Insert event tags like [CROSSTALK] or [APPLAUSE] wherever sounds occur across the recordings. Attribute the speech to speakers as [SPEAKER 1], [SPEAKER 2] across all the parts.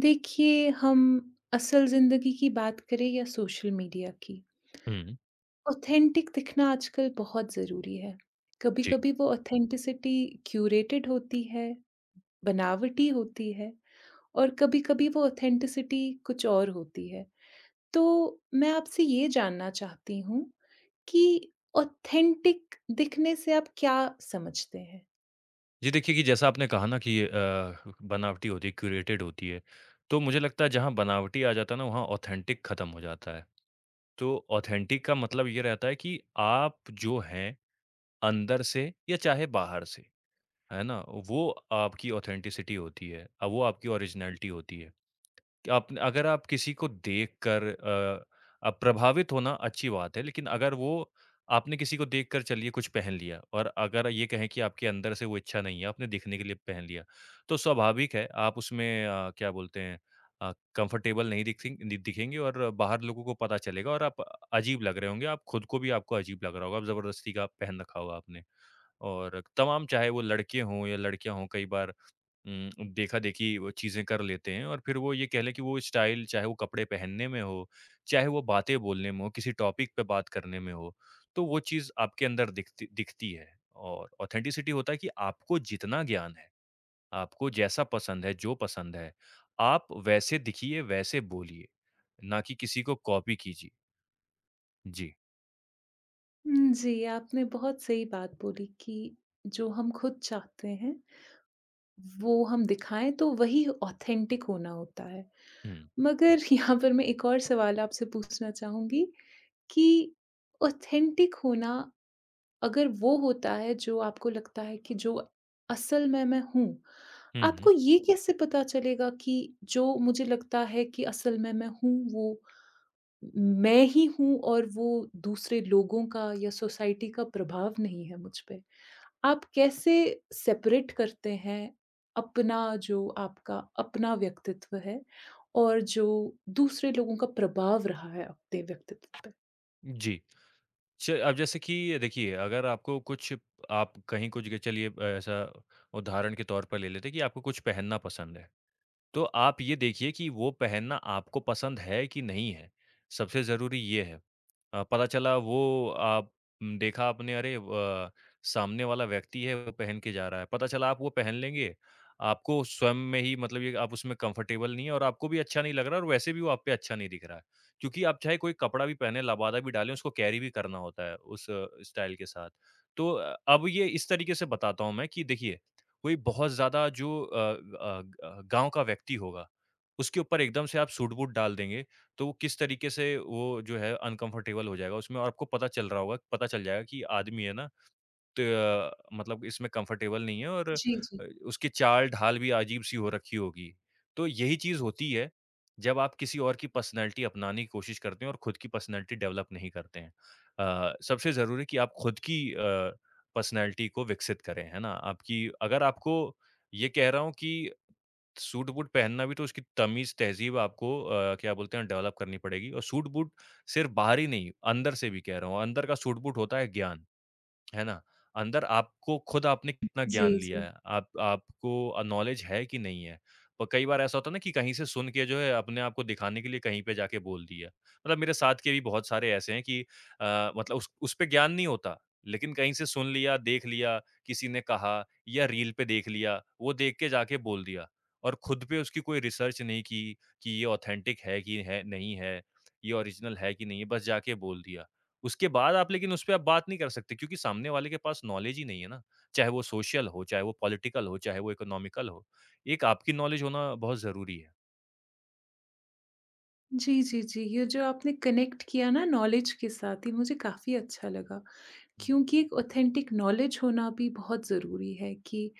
[SPEAKER 1] देखिए, हम असल ज़िंदगी की बात करें या सोशल मीडिया की,
[SPEAKER 2] हुँ।
[SPEAKER 1] ऑथेंटिक दिखना आजकल बहुत ज़रूरी है।
[SPEAKER 2] जी।
[SPEAKER 1] कभी-कभी वो ऑथेंटिसिटी क्यूरेटेड होती है, बनावटी होती है और कभी-कभी वो ऑथेंटिसिटी कुछ और होती है। तो मैं आपसे ये जानना चाहती हूँ कि ऑथेंटिक दिखने से आप क्या समझते हैं?
[SPEAKER 2] जी, देखिए कि जैसा आपने कहा ना कि ये बनावटी होती है, क्यूरेटेड होती है, तो मुझे लगता है जहाँ बनावटी आ जाता है ना, वहाँ ऑथेंटिक खत्म हो जाता है। तो ऑथेंटिक का मतलब ये रहता है कि आप जो हैं, अंदर से या चाहे बाहर से, है ना? वो आपकी ऑथेंटिसिटी होती है। वो आपकी ओरिजिनैलिटी होती है। आप अगर आप किसी को देखकर आप प्रभावित होना अच्छी बात है, लेकिन अगर वो आपने किसी को देखकर चलिए कुछ पहन लिया और अगर ये कहें कि आपके अंदर से वो इच्छा नहीं है, आपने दिखने के लिए पहन लिया, तो स्वाभाविक है आप उसमें क्या बोलते हैं कंफर्टेबल नहीं दिखेंगे और बाहर लोगों को पता चलेगा और आप अजीब लग रहे होंगे, आप खुद को भी आपको अजीब लग रहा होगा, आप ज़बरदस्ती का पहन रखा होगा आपने। और तमाम चाहे वो लड़के हों या लड़कियाँ हों, कई बार देखा-देखी वो चीज़ें कर लेते हैं और फिर वो ये कह लें कि वो स्टाइल चाहे वो कपड़े पहनने में हो, चाहे वो बातें बोलने में हो, किसी टॉपिक पे बात करने में हो, तो वो चीज़ आपके अंदर दिखती दिखती है। और ऑथेंटिसिटी होता है कि आपको जितना ज्ञान है, आपको जैसा पसंद है, जो पसंद है, आप वैसे दिखिए, वैसे बोलिए, ना कि किसी को कॉपी कीजिए। जी।
[SPEAKER 1] हुँ, जी, आपने बहुत सही बात बोली कि जो हम खुद चाहते हैं वो हम दिखाएँ तो वही ऑथेंटिक होना होता है।
[SPEAKER 2] हुँ।
[SPEAKER 1] मगर [LAUGHS] यहाँ पर मैं एक और सवाल आपसे पूछना चाहूँगी कि ऑथेंटिक होना अगर वो होता है जो आपको लगता है कि जो असल में मैं हूँ,
[SPEAKER 2] हुँ, हुँ।
[SPEAKER 1] आपको ये कैसे पता चलेगा कि जो मुझे लगता है कि असल में मैं हूँ वो मैं ही हूँ और वो दूसरे लोगों का या सोसाइटी का प्रभाव नहीं है मुझ पे। आप कैसे सेपरेट करते हैं अपना जो आपका अपना व्यक्तित्व है और जो दूसरे लोगों का प्रभाव रहा है अपने व्यक्तित्व पे?
[SPEAKER 2] जी। च अब जैसे कि देखिए, अगर आपको कुछ आप कहीं कुछ चलिए ऐसा उदाहरण के तौर पर ले लेते हैं कि आपको कुछ पहनना पसंद है। तो आप ये देखिए कि वो पहनना आपको पसंद है कि नहीं है, सबसे ज़रूरी ये है। पता चला वो आप देखा आपने अरे व सामने वाला व्यक्ति है वो पहन के जा रहा है, पता चला आप वो पहन लेंगे, आपको स्वयं में ही मतलब ये आप उसमें कंफर्टेबल नहीं है और आपको भी अच्छा नहीं लग रहा है और वैसे भी वो आप पे अच्छा नहीं दिख रहा है। क्योंकि आप चाहे कोई कपड़ा भी पहने, लबादा भी डालें, उसको कैरी भी करना होता है उस स्टाइल के साथ। तो अब ये इस तरीके से बताता हूँ मैं कि देखिए कोई बहुत ज़्यादा जो गाँव का व्यक्ति होगा, उसके ऊपर एकदम से आप सूट-बूट डाल देंगे, तो वो किस तरीके से वो जो है अनकम्फ़र्टेबल हो जाएगा उसमें और आपको पता चल रहा होगा पता चल जाएगा कि ये आदमी है ना त मतलब इसमें कंफर्टेबल नहीं है और
[SPEAKER 1] जी, जी।
[SPEAKER 2] उसकी चाल-ढाल भी अजीब-सी हो रखी होगी। तो यही चीज़ होती है, जब आप किसी और की पर्सनैलिटी अपनाने की कोशिश करते हैं और खुद की पर्सनैलिटी डेवलप नहीं करते हैं। सबसे ज़रूरी है कि आप खुद की पर्सनैलिटी को विकसित करें, है ना? आपकी अगर आपको ये कह रहा हूँ कि सूट-बूट पहनना भी तो उसकी तमीज़-तहज़ीब आपको क्या बोलते हैं डेवलप करनी पड़ेगी और सूट-बूट सिर्फ़ बाहरी नहीं, अंदर से भी कह रहा हूँ। अंदर का सूट-बूट होता है ज्ञान। है ना? अंदर आपको खुद आपने कितना ज्ञान
[SPEAKER 1] जी,
[SPEAKER 2] लिया
[SPEAKER 1] जी।
[SPEAKER 2] है, आप आपको नॉलेज है कि नहीं है? और कई बार ऐसा होता है ना कि कहीं से सुन के जो है अपने आप को दिखाने के लिए कहीं पे जाके बोल दिया। मतलब मेरे साथ के भी बहुत सारे ऐसे हैं कि मतलब उस पे ज्ञान नहीं होता, लेकिन कहीं से सुन लिया, देख लिया, किसी ने कहा या रील पे देख लिया, वो देख के जाके बोल दिया। और खुद पे उसकी कोई रिसर्च नहीं की कि ये ऑथेंटिक है कि है नहीं है, ये ओरिजिनल है कि नहीं है, बस जाके बोल दिया। उसके बाद आप लेकिन उसपे आप बात नहीं कर सकते क्योंकि सामने वाले के पास नॉलेज ही नहीं है ना। चाहे वो सोशल हो, चाहे वो पॉलिटिकल हो, चाहे वो इकोनॉमिकल हो। एक आपकी नॉलेज होना बहुत ज़रूरी है।
[SPEAKER 1] जी, जी, जी। ये जो आपने कनेक्ट किया ना नॉलेज के साथ, ये मुझे काफ़ी अच्छा लगा। क्योंकि एक ऑथेंटिक नॉलेज होना भी बहुत ज़रूरी है कि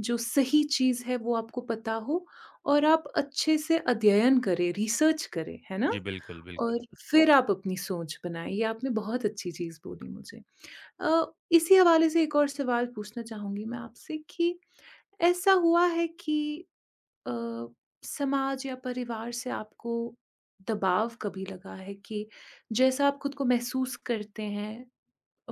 [SPEAKER 1] जो सही चीज़ है वो आपको पता हो और आप अच्छे से अध्ययन करें, रिसर्च करें, है ना?
[SPEAKER 2] जी, बिल्कुल, बिल्कुल।
[SPEAKER 1] और फिर आप अपनी सोच बनाएँ, ये आपने बहुत अच्छी चीज़ बोली मुझे। अ, इसी हवाले से एक और सवाल पूछना चाहूँगी मैं आपसे कि ऐसा हुआ है कि अ, समाज या परिवार से आपको दबाव कभी लगा है कि जैसा आप खुद को महसूस करते हैं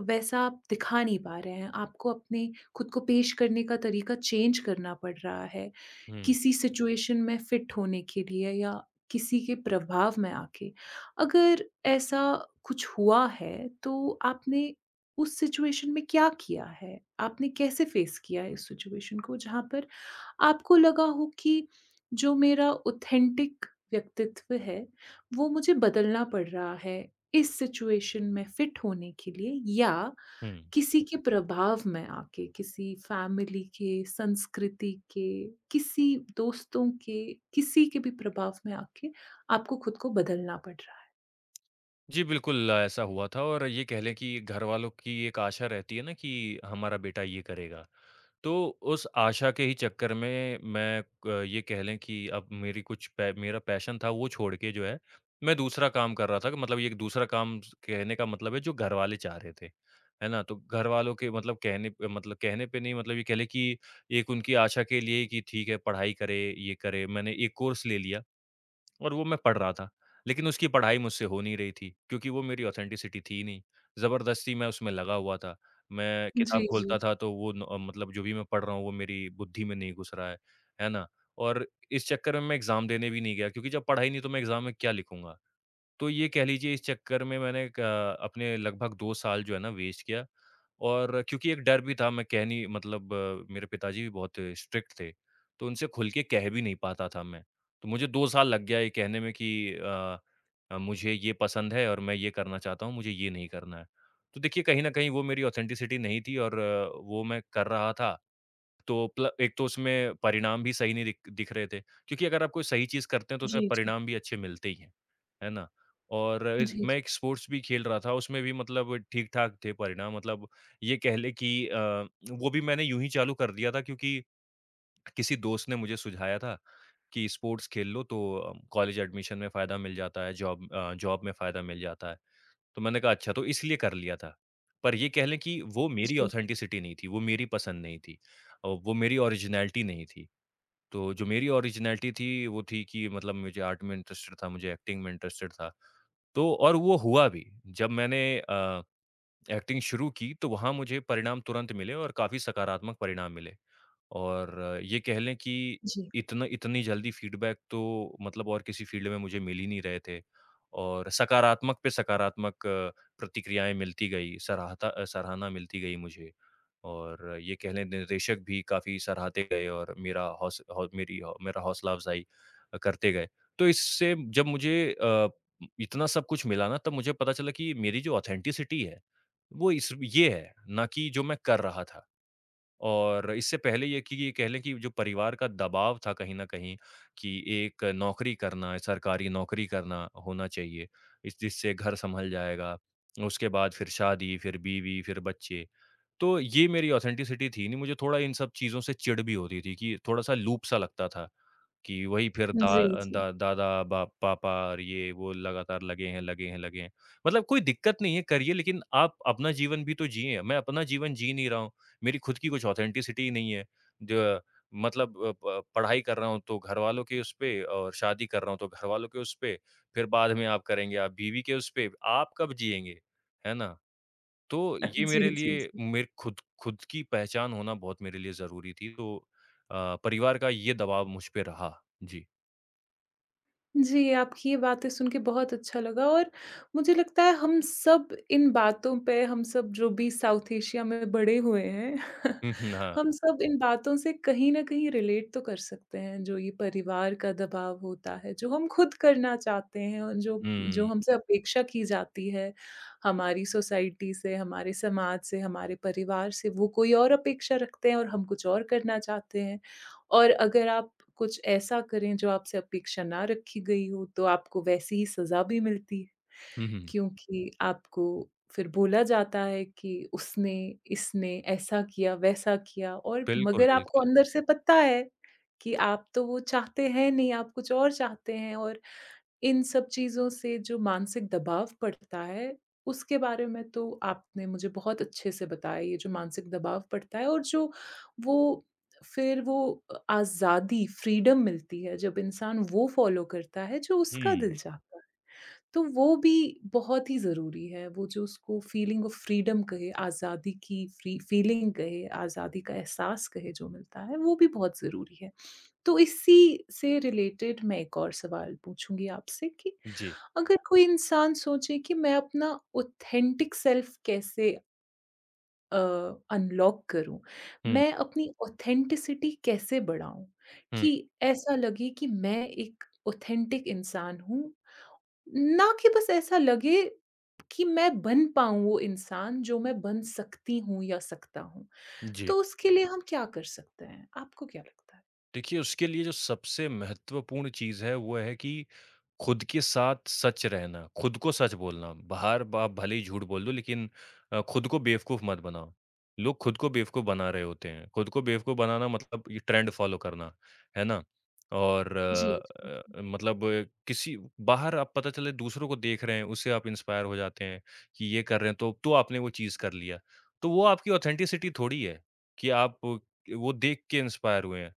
[SPEAKER 1] वैसा आप दिखा नहीं पा रहे हैं। आपको अपने खुद को पेश करने का तरीका चेंज करना पड़ रहा है।
[SPEAKER 2] हुँ,
[SPEAKER 1] किसी सिचुएशन में फिट होने के लिए या किसी के प्रभाव में आके, अगर ऐसा कुछ हुआ है, तो आपने उस सिचुएशन में क्या किया है? आपने कैसे फेस किया है इस सिचुएशन को जहाँ पर आपको लगा हो कि जो मेरा ऑथेंटिक व्यक्तित्व है, वो मुझे बदलना पड़ रहा है, इस सिचुएशन में फिट होने के लिए या
[SPEAKER 2] हुँ।
[SPEAKER 1] किसी के प्रभाव में आके, किसी फैमिली के, संस्कृति के, किसी दोस्तों के, किसी के भी प्रभाव में आके आपको खुद को बदलना पड़ रहा है।
[SPEAKER 2] जी, बिल्कुल ऐसा हुआ था और ये कह लें कि घरवालों की एक आशा रहती है ना कि हमारा बेटा ये करेगा। तो उस आशा के ही चक्कर में मैं क ये कह लें कि अब मेरी कुछ पै मेरा पैशन था वो छोड़ के जो है, मैं दूसरा काम कर रहा था मतलब ये एक दूसरा काम स कहने का मतलब है जो घरवाले चाह रहे थे। है ना? तो घरवालों के मतलब कहने पे नहीं मतलब ये कह लें कि एक उनकी आशा के लिए कि ठीक है पढ़ाई करे, ये करे, मैंने एक कोर्स ले लिया। और वो मैं पढ़ रहा था। लेकिन उसकी पढ़ाई मुझसे हो नहीं रही थी, क्योंकि वो मेरी ऑथेंटिसिटी थी ही नहीं। ज़बरदस्ती मैं उसमें लगा हुआ था। मैं किताब
[SPEAKER 1] जी, जी।
[SPEAKER 2] खोलता था तो वो न मतलब जो भी मैं पढ़ रहा हूँ वो मेरी बुद्धि में नहीं घुस रहा है। है ना? और इस चक्कर में मैं एग्ज़ाम देने भी नहीं गया क्योंकि जब पढ़ा ही नहीं तो मैं एग्ज़ाम में क्या लिखूँगा? तो ये कह लीजिए इस चक्कर में मैंने क अपने लगभग 2 साल जो है ना वेस्ट किया और क्योंकि एक डर भी था मैं कह नहीं मतलब मेरे पिताजी भी बहुत स्ट्रिक्ट थे, तो उनसे खुल के कह भी नहीं पाता था मैं। तो मुझे 2 साल लग गया ये कहने में कि मुझे ये पसंद है और मैं ये करना चाहता हूँ, मुझे ये नहीं करना है। तो देखिए कहीं न कहीं वो मेरी ऑथेंटिसिटी नहीं थी और वो मैं कर रहा था तो प्ल एक तो उसमें परिणाम भी सही नहीं दिख दिख रहे थे, क्योंकि अगर आप कोई सही चीज़ करते हैं तो उसमें
[SPEAKER 1] जी, जी।
[SPEAKER 2] परिणाम भी अच्छे मिलते ही हैं, है ना? और इस
[SPEAKER 1] जी, जी।
[SPEAKER 2] मैं एक स्पोर्ट्स भी खेल रहा था, उसमें भी मतलब ठीक-ठाक थे परिणाम मतलब ये कह लें कि वो भी मैंने यूँ ही चालू कर दिया था क्योंकि किसी दोस्त ने मुझे सुझाया था कि स्पोर्ट्स खेल लो तो कॉलेज एडमिशन में फ़ायदा मिल जाता है, जॉब में फ़ायदा मिल जाता है। तो मैंने कहा अच्छा तो इसलिए कर लिया था। पर ये कह लें कि वो
[SPEAKER 1] जी,
[SPEAKER 2] मेरी
[SPEAKER 1] जी।
[SPEAKER 2] ऑथेंटिसिटी नहीं थी, वो मेरी पसंद नहीं थी। वो मेरी ओरिजिनैलिटी नहीं थी। तो जो मेरी ओरिजिनैलिटी थी वो थी कि मतलब मुझे आर्ट में इंटरेस्टेड था, मुझे एक्टिंग में इंटरेस्टेड था। तो और वो हुआ भी। जब मैंने एक्टिंग शुरू की तो वहाँ मुझे परिणाम तुरंत मिले और काफ़ी सकारात्मक परिणाम मिले। और ये कह लें कि
[SPEAKER 1] जी,
[SPEAKER 2] इतना इतनी जल्दी फीडबैक तो मतलब और किसी फील्ड में मुझे मिल ही नहीं रहे थे और सकारात्मक पे सकारात्मक प्रतिक्रियाएँ मिलती गई, सराहना मिलती गई मुझे। और ये कह लें निर्देशक भी काफ़ी सराहते गए और मेरा हौस हौ मेरी हौ मेरा हौसला अफ़ज़ाई करते गए। तो इससे जब मुझे इतना सब कुछ मिला ना तब मुझे पता चला कि मेरी जो ऑथेंटिसिटी है, वो इस ये है, ना कि जो मैं कर रहा था। और इससे पहले ये कि ये कह लें कि जो परिवार का दबाव था कहीं न कहीं कि एक नौकरी करना है, सरकारी नौकरी करना होना चाहिए, इस जिससे घर सँभल जाएगा। उसके बाद फिर शादी, फिर बीवी, फिर बच्चे। तो ये मेरी ऑथेंटिसिटी थी नहीं, मुझे थोड़ा इन सब चीज़ों से चिढ़ भी होती थी कि थोड़ा-सा लूप सा लगता था। कि वही फिर
[SPEAKER 1] [LAUGHS]
[SPEAKER 2] दा
[SPEAKER 1] जी।
[SPEAKER 2] दा दादा, बा पापा और ये वो लगातार लगे हैं, लगे हैं, लगे हैं। मतलब कोई दिक्कत नहीं है, करिए लेकिन आप अपना जीवन भी तो जिएँ। मैं अपना जीवन जी नहीं रहा हूँ, मेरी खुद की कुछ ऑथेंटिसिटी ही नहीं है। जो मतलब अ, प पढ़ाई कर रहा हूँ तो घरवालों के उस पे और शादी कर रहा हूँ तो घरवालों के उस पे, फिर बाद में आप करेंगे आप बीवी के उस पे, आप कब जिएँगे? है ना? तो ये
[SPEAKER 1] जी,
[SPEAKER 2] मेरे लिए
[SPEAKER 1] जी, जी।
[SPEAKER 2] मेरे खुद खुद की पहचान होना बहुत मेरे लिए ज़रूरी थी, तो परिवार का ये दबाव मुझ पे रहा। जी।
[SPEAKER 1] जी, आपकी ये बातें सुन के बहुत अच्छा लगा और मुझे लगता है हम सब इन बातों पे हम सब जो भी साउथ एशिया में बड़े हुए हैं, [LAUGHS]
[SPEAKER 2] हुँ, हुँ, हाँ।
[SPEAKER 1] हम सब इन बातों से कहीं न कहीं रिलेट तो कर सकते हैं, जो ये परिवार का दबाव होता है, जो हम खुद करना चाहते हैं और जो जो
[SPEAKER 2] हुँ।
[SPEAKER 1] हमसे अपेक्षा की जाती है, हमारी सोसाइटी से, हमारे समाज से, हमारे परिवार से, वो कोई और अपेक्षा रखते हैं और हम कुछ और करना चाहते हैं। और अगर आप कुछ ऐसा करें जो आपसे अपेक्षा ना रखी गई हो, तो आपको वैसी ही सज़ा भी मिलती है,
[SPEAKER 2] हुँ, हुँ।
[SPEAKER 1] क्योंकि आपको फिर बोला जाता है कि इसने ऐसा किया, वैसा किया और
[SPEAKER 2] बिल्कुल,
[SPEAKER 1] मगर आपको
[SPEAKER 2] बिल्कुल।
[SPEAKER 1] अंदर से पता है कि आप तो वो चाहते हैं नहीं, आप कुछ और चाहते हैं और इन सब चीज़ों से जो मानसिक दबाव पड़ता है, उसके बारे में तो आपने मुझे बहुत अच्छे से बताया, ये जो मानसिक दबाव पड़ता है और जो वो फिर वो अ, आज़ादी, फ्रीडम मिलती है जब इंसान वो फ़ॉलो करता है जो उसका
[SPEAKER 2] हुँ।
[SPEAKER 1] दिल चाहता है। तो वो भी बहुत ही ज़रूरी है, वो जो उसको फीलिंग ऑफ फ्रीडम कहे, आज़ादी की फ्री फीलिंग कहे, आज़ादी का एहसास कहे जो मिलता है, वो भी बहुत ज़रूरी है। तो इसी से रिलेटेड मैं एक और सवाल पूछूँगी आपसे कि
[SPEAKER 2] जी।
[SPEAKER 1] अगर कोई इंसान सोचे कि मैं अपना ऑथेंटिक सेल्फ कैसे अनलॉक करूं,
[SPEAKER 2] हुँ,
[SPEAKER 1] मैं अपनी ऑथेंटिसिटी कैसे बढ़ाऊं
[SPEAKER 2] हुँ।
[SPEAKER 1] कि ऐसा लगे कि मैं एक ऑथेंटिक इंसान हूं, ना कि बस ऐसा लगे कि मैं बन पाऊं वो इंसान जो मैं बन सकती हूं या सकता हूं।
[SPEAKER 2] जी।
[SPEAKER 1] तो उसके लिए हम क्या कर सकते हैं, आपको क्या लगता है?
[SPEAKER 2] देखिए, उसके लिए जो सबसे महत्वपूर्ण चीज़ है, वो है कि खुद के साथ सच रहना, खुद को सच बोलना। बाहर ब आप भले ही झूठ बोल दो, लेकिन खुद को बेवकूफ़ मत बनाओ। लोग खुद को बेवकूफ़ बना रहे होते हैं। खुद को बेवकूफ़ बनाना मतलब ये ट्रेंड फ़ॉलो करना, है ना? और
[SPEAKER 1] जी, जी, जी।
[SPEAKER 2] मतलब किसी बाहर आप पता चले दूसरों को देख रहे हैं, उससे आप इंस्पायर हो जाते हैं कि ये कर रहे हैं, तो आपने वो चीज़ कर लिया। तो वो आपकी ऑथेंटिसिटी थोड़ी है कि आप वो देख के इंस्पायर हुए हैं।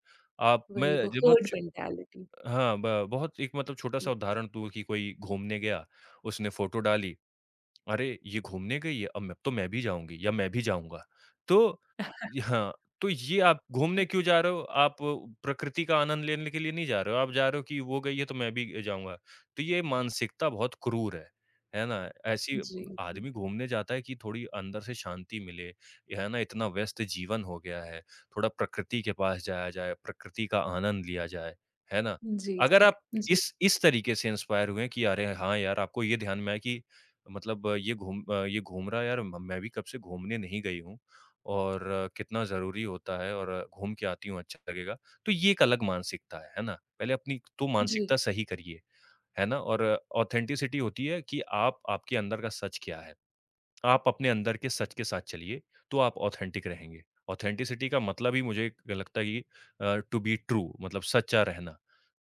[SPEAKER 2] आप
[SPEAKER 1] वही
[SPEAKER 2] मैं
[SPEAKER 1] वो
[SPEAKER 2] जब बहुत
[SPEAKER 1] हर्ड
[SPEAKER 2] च
[SPEAKER 1] मेंटालिटी।
[SPEAKER 2] हाँ, ब बहुत एक मतलब
[SPEAKER 1] जी,
[SPEAKER 2] छोटा-सा उदाहरण दूँ कि कोई घूमने गया, उसने फ़ोटो डाली अरे! ये घूमने गई है, अब मैं भी जाऊँगी या मैं भी जाऊँगा। तो य हाँ, तो ये आप घूमने क्यों जा रहे हो? आप प्रकृति का आनंद लेने के लिए नहीं जा रहे हो, आप जा रहे हो कि वो गई है तो मैं भी जाऊँगा। तो ये मानसिकता बहुत क्रूर है ना? ऐसी
[SPEAKER 1] जी,
[SPEAKER 2] आदमी घूमने जाता है कि थोड़ी अंदर से शांति मिले, ये है ना? इतना व्यस्त जीवन हो गया है, थोड़ा प्रकृति के पास जाया जाए, प्रकृति का आनंद लिया जाए, है ना?
[SPEAKER 1] जी।
[SPEAKER 2] अगर
[SPEAKER 1] जी,
[SPEAKER 2] आप
[SPEAKER 1] जी,
[SPEAKER 2] इस तरीके से इंस्पायर हुए हैं कि अरे! हाँ यार, आपको ये ध्यान में आया कि मतलब ये घूम रहा यार म मैं भी कब से घूमने नहीं गई हूँ और कितना ज़रूरी होता है और घूम के आती हूँ अच्छा लगेगा। तो ये एक अलग मानसिकता है ना? पहले अपनी तो
[SPEAKER 1] जी।
[SPEAKER 2] मानसिकता सही करिए, है ना? और ऑथेंटिसिटी होती है कि आप आपके अंदर का सच क्या है? आप अपने अंदर के सच के साथ चलिए, तो आप ऑथेंटिक रहेंगे। ऑथेंटिसिटी का मतलब ही मुझे लगता है कि टू बी ट्रू मतलब सच्चा रहना।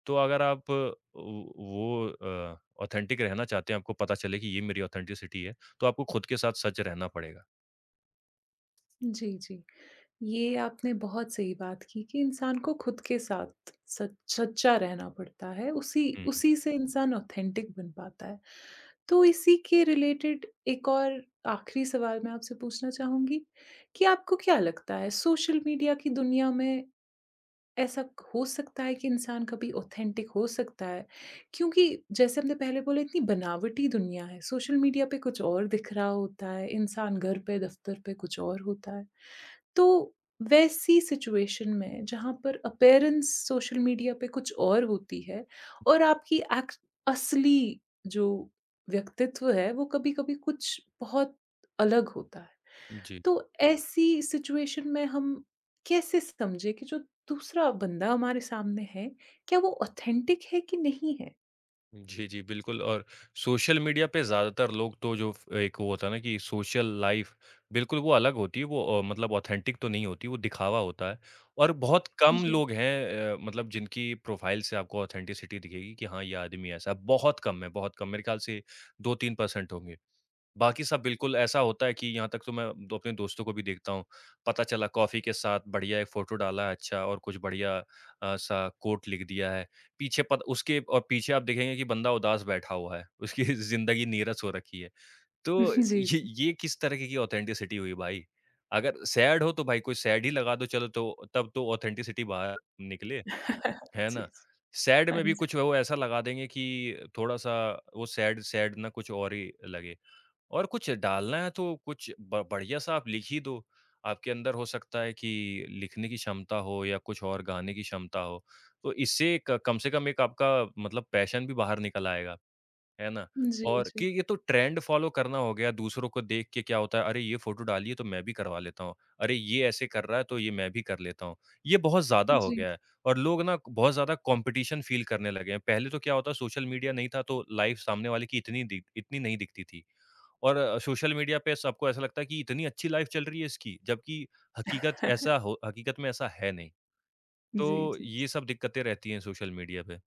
[SPEAKER 2] तो अगर आप ऑथेंटिक रहना चाहते हैं, आपको पता चले कि ये मेरी ऑथेंटिसिटी है, तो आपको खुद के साथ सच रहना पड़ेगा।
[SPEAKER 1] जी, जी। ये आपने बहुत सही बात की कि इंसान को खुद के साथ सच सच्चा रहना पड़ता है, उसी
[SPEAKER 2] हुँ।
[SPEAKER 1] उसी से इंसान ऑथेंटिक बन पाता है। तो इसी के रिलेटेड एक और आखिरी सवाल मैं आपसे पूछना चाहूँगी कि आपको क्या लगता है सोशल मीडिया की दुनिया में ऐसा हो सकता है कि इंसान कभी ऑथेंटिक हो सकता है? क्योंकि जैसे हमने पहले बोला इतनी बनावटी दुनिया है, सोशल मीडिया पे कुछ और दिख रहा होता है, इंसान घर पे दफ्तर पे कुछ और होता है। तो वैसी सिचुएशन में जहाँ पर अपीयरेंस सोशल मीडिया पे कुछ और होती है और आपकी असली जो व्यक्तित्व है वो कभी कभी कुछ बहुत अलग होता है,
[SPEAKER 2] जी।
[SPEAKER 1] तो ऐसी सिचुएशन में हम कैसे समझे कि जो दूसरा बंदा हमारे सामने है, क्या वो ऑथेंटिक है कि नहीं है?
[SPEAKER 2] जी, जी, बिल्कुल और सोशल मीडिया पे ज़्यादातर लोग तो जो फ एक वो होता है ना कि सोशल लाइफ़ बिल्कुल वो अलग होती है, वो मतलब ऑथेंटिक तो नहीं होती, वो दिखावा होता है और बहुत कम
[SPEAKER 1] जी।
[SPEAKER 2] लोग हैं मतलब जिनकी प्रोफ़ाइल से आपको ऑथेंटिसिटी दिखेगी कि हाँ, ये आदमी ऐसा है, बहुत कम, मेरे ख्याल से 2-3% होंगे। बाकी सब बिल्कुल ऐसा होता है कि यहाँ तक तो मैं दो अपने दोस्तों को भी देखता हूँ। पता चला कॉफ़ी के साथ बढ़िया एक फ़ोटो डाला है अच्छा और कुछ बढ़िया सा कोट लिख दिया है। पीछे पत उसके और पीछे आप देखेंगे कि बंदा उदास बैठा हुआ है। उसकी [LAUGHS] ज़िंदगी नीरस हो रखी है। तो
[SPEAKER 1] [LAUGHS] जी,
[SPEAKER 2] ये
[SPEAKER 1] जी।
[SPEAKER 2] ये किस तरीके की ऑथेंटिसिटी हुई भाई? अगर सैड हो तो भाई कोई सैड ही लगा दो चलो तो तब तो ऑथेंटिसिटी बाहर निकले,
[SPEAKER 1] [LAUGHS]
[SPEAKER 2] है
[SPEAKER 1] जी,
[SPEAKER 2] ना?
[SPEAKER 1] जी।
[SPEAKER 2] सैड
[SPEAKER 1] हाँ
[SPEAKER 2] में भी
[SPEAKER 1] जी।
[SPEAKER 2] कुछ वो ऐसा लगा देंगे कि थोड़ा-सा वो सैड सैड ना कुछ और ही लगे। और कुछ डालना है तो कुछ ब बढ़िया-सा आप लिख ही दो। आपके अंदर हो सकता है कि लिखने की क्षमता हो या कुछ और गाने की क्षमता हो। तो इससे क कम से कम एक आपका मतलब पैशन भी बाहर निकल आएगा, है ना?
[SPEAKER 1] जी,
[SPEAKER 2] और कि
[SPEAKER 1] जी।
[SPEAKER 2] ये तो ट्रेंड फ़ॉलो करना हो गया दूसरों को देख के क्या होता है, अरे! ये फ़ोटो डाली है तो मैं भी करवा लेता हूँ। अरे! ये ऐसे कर रहा है तो ये मैं भी कर लेता हूँ। ये बहुत ज़्यादा हो
[SPEAKER 1] जी।
[SPEAKER 2] गया है और लोग ना बहुत ज़्यादा कॉम्पिटिशन फ़ील करने लगे हैं। पहले तो क्या होता सोशल मीडिया नहीं था तो लाइफ़ सामने वाले की इतनी नहीं दिखती थी। और सोशल मीडिया पे सबको ऐसा लगता है कि इतनी अच्छी लाइफ चल रही है इसकी, जबकि
[SPEAKER 1] [LAUGHS]
[SPEAKER 2] हकीकत में ऐसा है नहीं।
[SPEAKER 1] जी,
[SPEAKER 2] तो
[SPEAKER 1] जी, जी।
[SPEAKER 2] ये सब दिक्कतें रहती हैं सोशल मीडिया पे।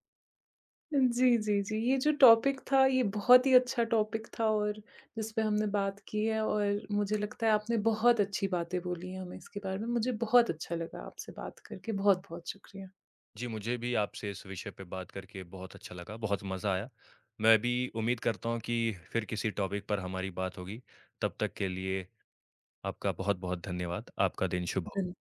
[SPEAKER 1] जी, जी, जी। ये जो टॉपिक था, ये बहुत ही अच्छा टॉपिक था और जिस पे हमने बात की है और मुझे लगता है आपने बहुत अच्छी बातें बोली हैं हमें इसके बारे में। मुझे बहुत अच्छा लगा आपसे बात करके। बहुत-बहुत शुक्रिया।
[SPEAKER 2] जी, मुझे भी आपसे इस विषय पे बात करके बहुत अच्छा लगा, बहुत मज़ा आया। मैं भी उम्मीद करता हूँ कि फिर किसी टॉपिक पर हमारी बात होगी। तब तक के लिए आपका बहुत-बहुत धन्यवाद। आपका दिन शुभ हो।
[SPEAKER 1] धन्य